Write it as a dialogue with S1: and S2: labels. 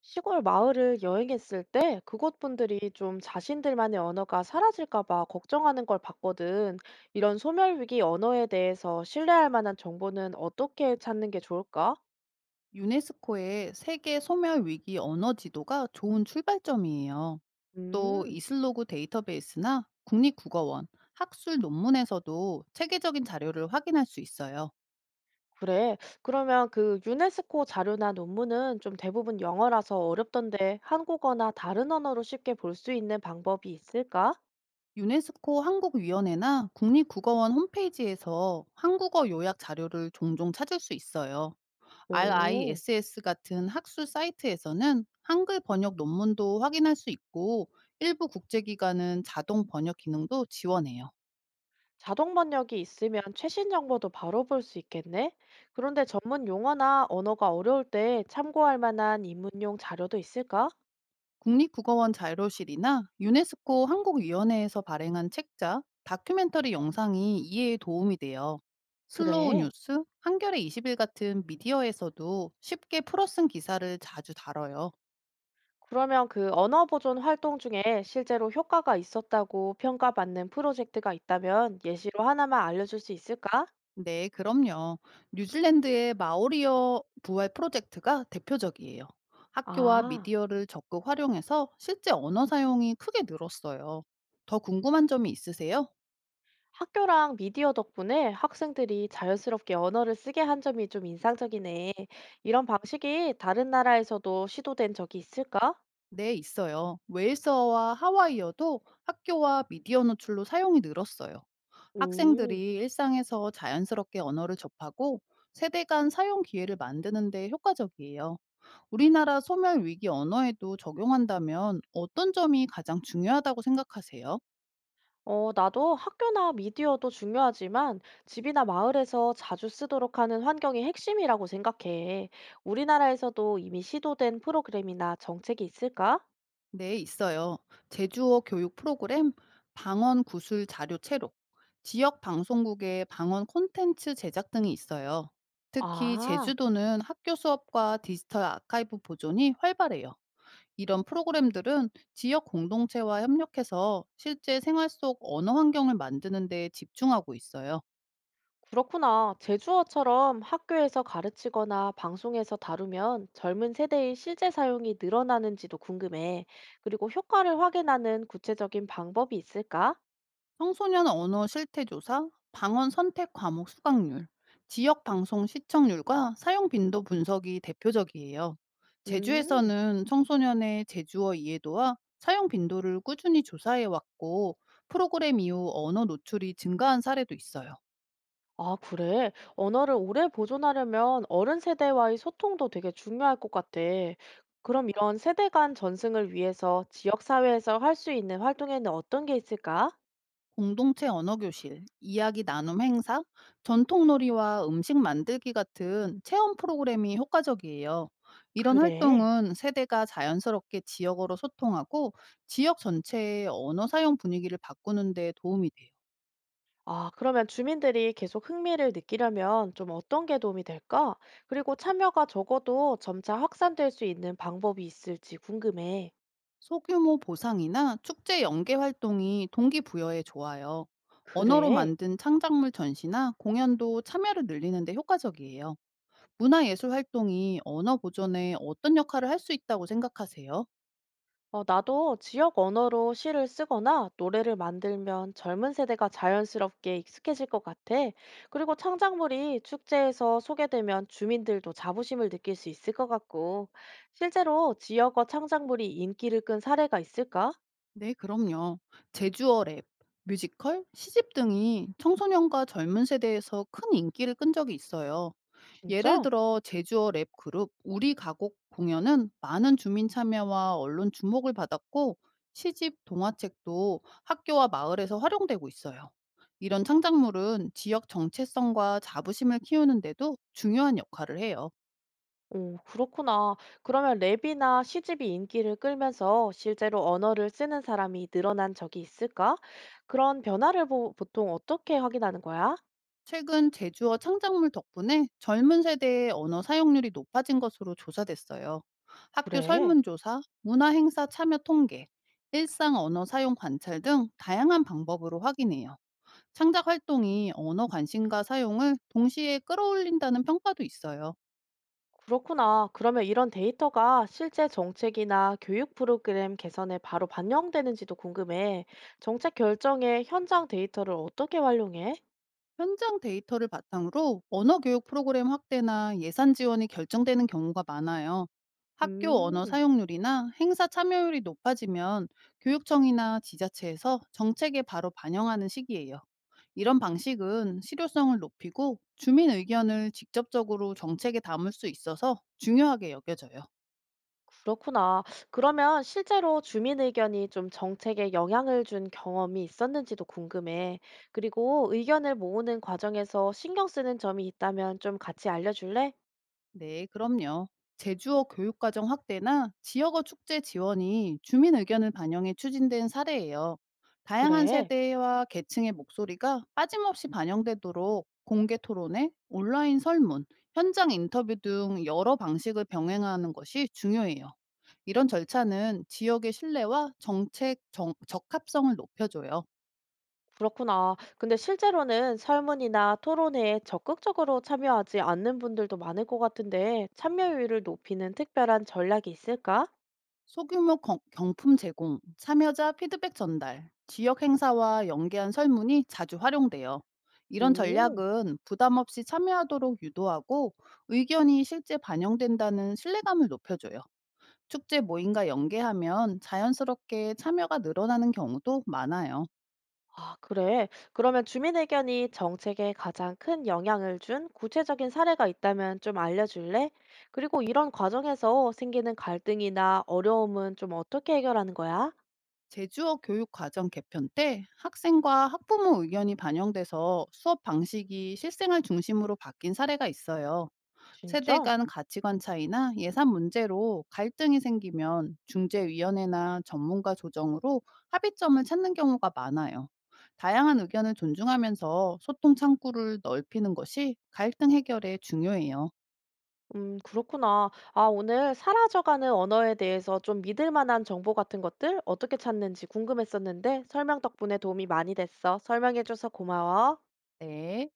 S1: 시골 마을을 여행했을 때 그곳 분들이 좀 자신들만의 언어가 사라질까 봐 걱정하는 걸 봤거든. 이런 소멸 위기 언어에 대해서 신뢰할 만한 정보는 어떻게 찾는 게 좋을까?
S2: 유네스코의 세계 소멸 위기 언어 지도가 좋은 출발점이에요. 또
S1: 음,
S2: 이슬로그 데이터베이스나 국립국어원, 학술 논문에서도 체계적인 자료를 확인할 수 있어요.
S1: 그래. 그러면 그 유네스코 자료나 논문은 좀 대부분 영어라서 어렵던데 한국어나 다른 언어로 쉽게 볼 수 있는 방법이 있을까?
S2: 유네스코 한국위원회나 국립국어원 홈페이지에서 한국어 요약 자료를 종종 찾을 수 있어요.
S1: 오.
S2: RISS 같은 학술 사이트에서는 한글 번역 논문도 확인할 수 있고, 일부 국제기관은 자동 번역 기능도 지원해요.
S1: 자동 번역이 있으면 최신 정보도 바로 볼 수 있겠네? 그런데 전문 용어나 언어가 어려울 때 참고할 만한 입문용 자료도 있을까?
S2: 국립국어원 자료실이나 유네스코 한국위원회에서 발행한 책자, 다큐멘터리 영상이 이해에 도움이 돼요. 슬로우
S1: 그래.
S2: 뉴스, 한겨레 20일 같은 미디어에서도 쉽게 풀어쓴 기사를 자주 다뤄요.
S1: 그러면 그 언어 보존 활동 중에 실제로 효과가 있었다고 평가받는 프로젝트가 있다면 예시로 하나만 알려줄 수 있을까?
S2: 네, 그럼요. 뉴질랜드의 마오리어 부활 프로젝트가 대표적이에요. 학교와
S1: 아,
S2: 미디어를 적극 활용해서 실제 언어 사용이 크게 늘었어요. 더 궁금한 점이 있으세요?
S1: 학교랑 미디어 덕분에 학생들이 자연스럽게 언어를 쓰게 한 점이 좀 인상적이네. 이런 방식이 다른 나라에서도 시도된 적이 있을까?
S2: 네, 있어요. 웨일스어와 하와이어도 학교와 미디어 노출로 사용이 늘었어요.
S1: 오.
S2: 학생들이 일상에서 자연스럽게 언어를 접하고 세대 간 사용 기회를 만드는 데 효과적이에요. 우리나라 소멸 위기 언어에도 적용한다면 어떤 점이 가장 중요하다고 생각하세요?
S1: 어, 나도 학교나 미디어도 중요하지만 집이나 마을에서 자주 쓰도록 하는 환경이 핵심이라고 생각해. 우리나라에서도 이미 시도된 프로그램이나 정책이 있을까?
S2: 네, 있어요. 제주어 교육 프로그램, 방언 구술 자료 채록, 지역 방송국의 방언 콘텐츠 제작 등이 있어요. 특히
S1: 아,
S2: 제주도는 학교 수업과 디지털 아카이브 보존이 활발해요. 이런 프로그램들은 지역 공동체와 협력해서 실제 생활 속 언어 환경을 만드는 데 집중하고 있어요.
S1: 그렇구나. 제주어처럼 학교에서 가르치거나 방송에서 다루면 젊은 세대의 실제 사용이 늘어나는지도 궁금해. 그리고 효과를 확인하는 구체적인 방법이 있을까?
S2: 청소년 언어 실태 조사, 방언 선택 과목 수강률, 지역 방송 시청률과 사용 빈도 분석이 대표적이에요.
S1: 음.
S2: 제주에서는 청소년의 제주어 이해도와 사용 빈도를 꾸준히 조사해 왔고, 프로그램 이후 언어 노출이 증가한 사례도 있어요.
S1: 아, 그래? 언어를 오래 보존하려면 어른 세대와의 소통도 되게 중요할 것 같아. 그럼 이런 세대 간 전승을 위해서 지역사회에서 할 수 있는 활동에는 어떤 게 있을까?
S2: 공동체 언어교실, 이야기 나눔 행사, 전통놀이와 음식 만들기 같은 체험 프로그램이 효과적이에요. 이런
S1: 그래.
S2: 활동은 세대가 자연스럽게 지역어로 소통하고 지역 전체의 언어 사용 분위기를 바꾸는 데 도움이 돼요.
S1: 아, 그러면 주민들이 계속 흥미를 느끼려면 좀 어떤 게 도움이 될까? 그리고 참여가 적어도 점차 확산될 수 있는 방법이 있을지 궁금해.
S2: 소규모 보상이나 축제 연계 활동이 동기부여에 좋아요. 언어로
S1: 그래.
S2: 만든 창작물 전시나 공연도 참여를 늘리는 데 효과적이에요. 문화예술 활동이 언어 보존에 어떤 역할을 할 수 있다고 생각하세요?
S1: 어, 나도 지역 언어로 시를 쓰거나 노래를 만들면 젊은 세대가 자연스럽게 익숙해질 것 같아. 그리고 창작물이 축제에서 소개되면 주민들도 자부심을 느낄 수 있을 것 같고, 실제로 지역어 창작물이 인기를 끈 사례가 있을까?
S2: 네, 그럼요. 제주어 랩, 뮤지컬, 시집 등이 청소년과 젊은 세대에서 큰 인기를 끈 적이 있어요. 예를
S1: 진짜?
S2: 들어 제주어 랩 그룹 우리 가곡 공연은 많은 주민 참여와 언론 주목을 받았고, 시집, 동화책도 학교와 마을에서 활용되고 있어요. 이런 창작물은 지역 정체성과 자부심을 키우는데도 중요한 역할을 해요.
S1: 오, 그렇구나. 그러면 랩이나 시집이 인기를 끌면서 실제로 언어를 쓰는 사람이 늘어난 적이 있을까? 그런 변화를 보통 어떻게 확인하는 거야?
S2: 최근 제주어 창작물 덕분에 젊은 세대의 언어 사용률이 높아진 것으로 조사됐어요. 학교
S1: 그래.
S2: 설문조사, 문화행사 참여 통계, 일상 언어 사용 관찰 등 다양한 방법으로 확인해요. 창작 활동이 언어 관심과 사용을 동시에 끌어올린다는 평가도 있어요.
S1: 그렇구나. 그러면 이런 데이터가 실제 정책이나 교육 프로그램 개선에 바로 반영되는지도 궁금해. 정책 결정에 현장 데이터를 어떻게 활용해?
S2: 현장 데이터를 바탕으로 언어 교육 프로그램 확대나 예산 지원이 결정되는 경우가 많아요. 학교 언어
S1: 음,
S2: 사용률이나 행사 참여율이 높아지면 교육청이나 지자체에서 정책에 바로 반영하는 시기예요. 이런 방식은 실효성을 높이고 주민 의견을 직접적으로 정책에 담을 수 있어서 중요하게 여겨져요.
S1: 그렇구나. 그러면 실제로 주민 의견이 좀 정책에 영향을 준 경험이 있었는지도 궁금해. 그리고 의견을 모으는 과정에서 신경 쓰는 점이 있다면 좀 같이 알려줄래?
S2: 네, 그럼요. 제주어 교육과정 확대나 지역어 축제 지원이 주민 의견을 반영해 추진된 사례예요. 다양한
S1: 그래.
S2: 세대와 계층의 목소리가 빠짐없이 반영되도록 공개 토론회, 온라인 설문, 현장 인터뷰 등 여러 방식을 병행하는 것이 중요해요. 이런 절차는 지역의 신뢰와 적합성을 높여줘요.
S1: 그렇구나. 근데 실제로는 설문이나 토론회에 적극적으로 참여하지 않는 분들도 많을 것 같은데, 참여율을 높이는 특별한 전략이 있을까?
S2: 소규모 경품 제공, 참여자 피드백 전달, 지역 행사와 연계한 설문이 자주 활용돼요. 이런
S1: 오,
S2: 전략은 부담 없이 참여하도록 유도하고 의견이 실제 반영된다는 신뢰감을 높여줘요. 축제 모임과 연계하면 자연스럽게 참여가 늘어나는 경우도 많아요.
S1: 아, 그래. 그러면 주민 의견이 정책에 가장 큰 영향을 준 구체적인 사례가 있다면 좀 알려줄래? 그리고 이런 과정에서 생기는 갈등이나 어려움은 좀 어떻게 해결하는 거야?
S2: 제주어 교육 과정 개편 때 학생과 학부모 의견이 반영돼서 수업 방식이 실생활 중심으로 바뀐 사례가 있어요. 세대
S1: 진짜?
S2: 간 가치관 차이나 예산 문제로 갈등이 생기면 중재위원회나 전문가 조정으로 합의점을 찾는 경우가 많아요. 다양한 의견을 존중하면서 소통 창구를 넓히는 것이 갈등 해결에 중요해요.
S1: 그렇구나. 아, 오늘 사라져가는 언어에 대해서 좀 믿을 만한 정보 같은 것들 어떻게 찾는지 궁금했었는데 설명 덕분에 도움이 많이 됐어. 설명해줘서 고마워.
S2: 네.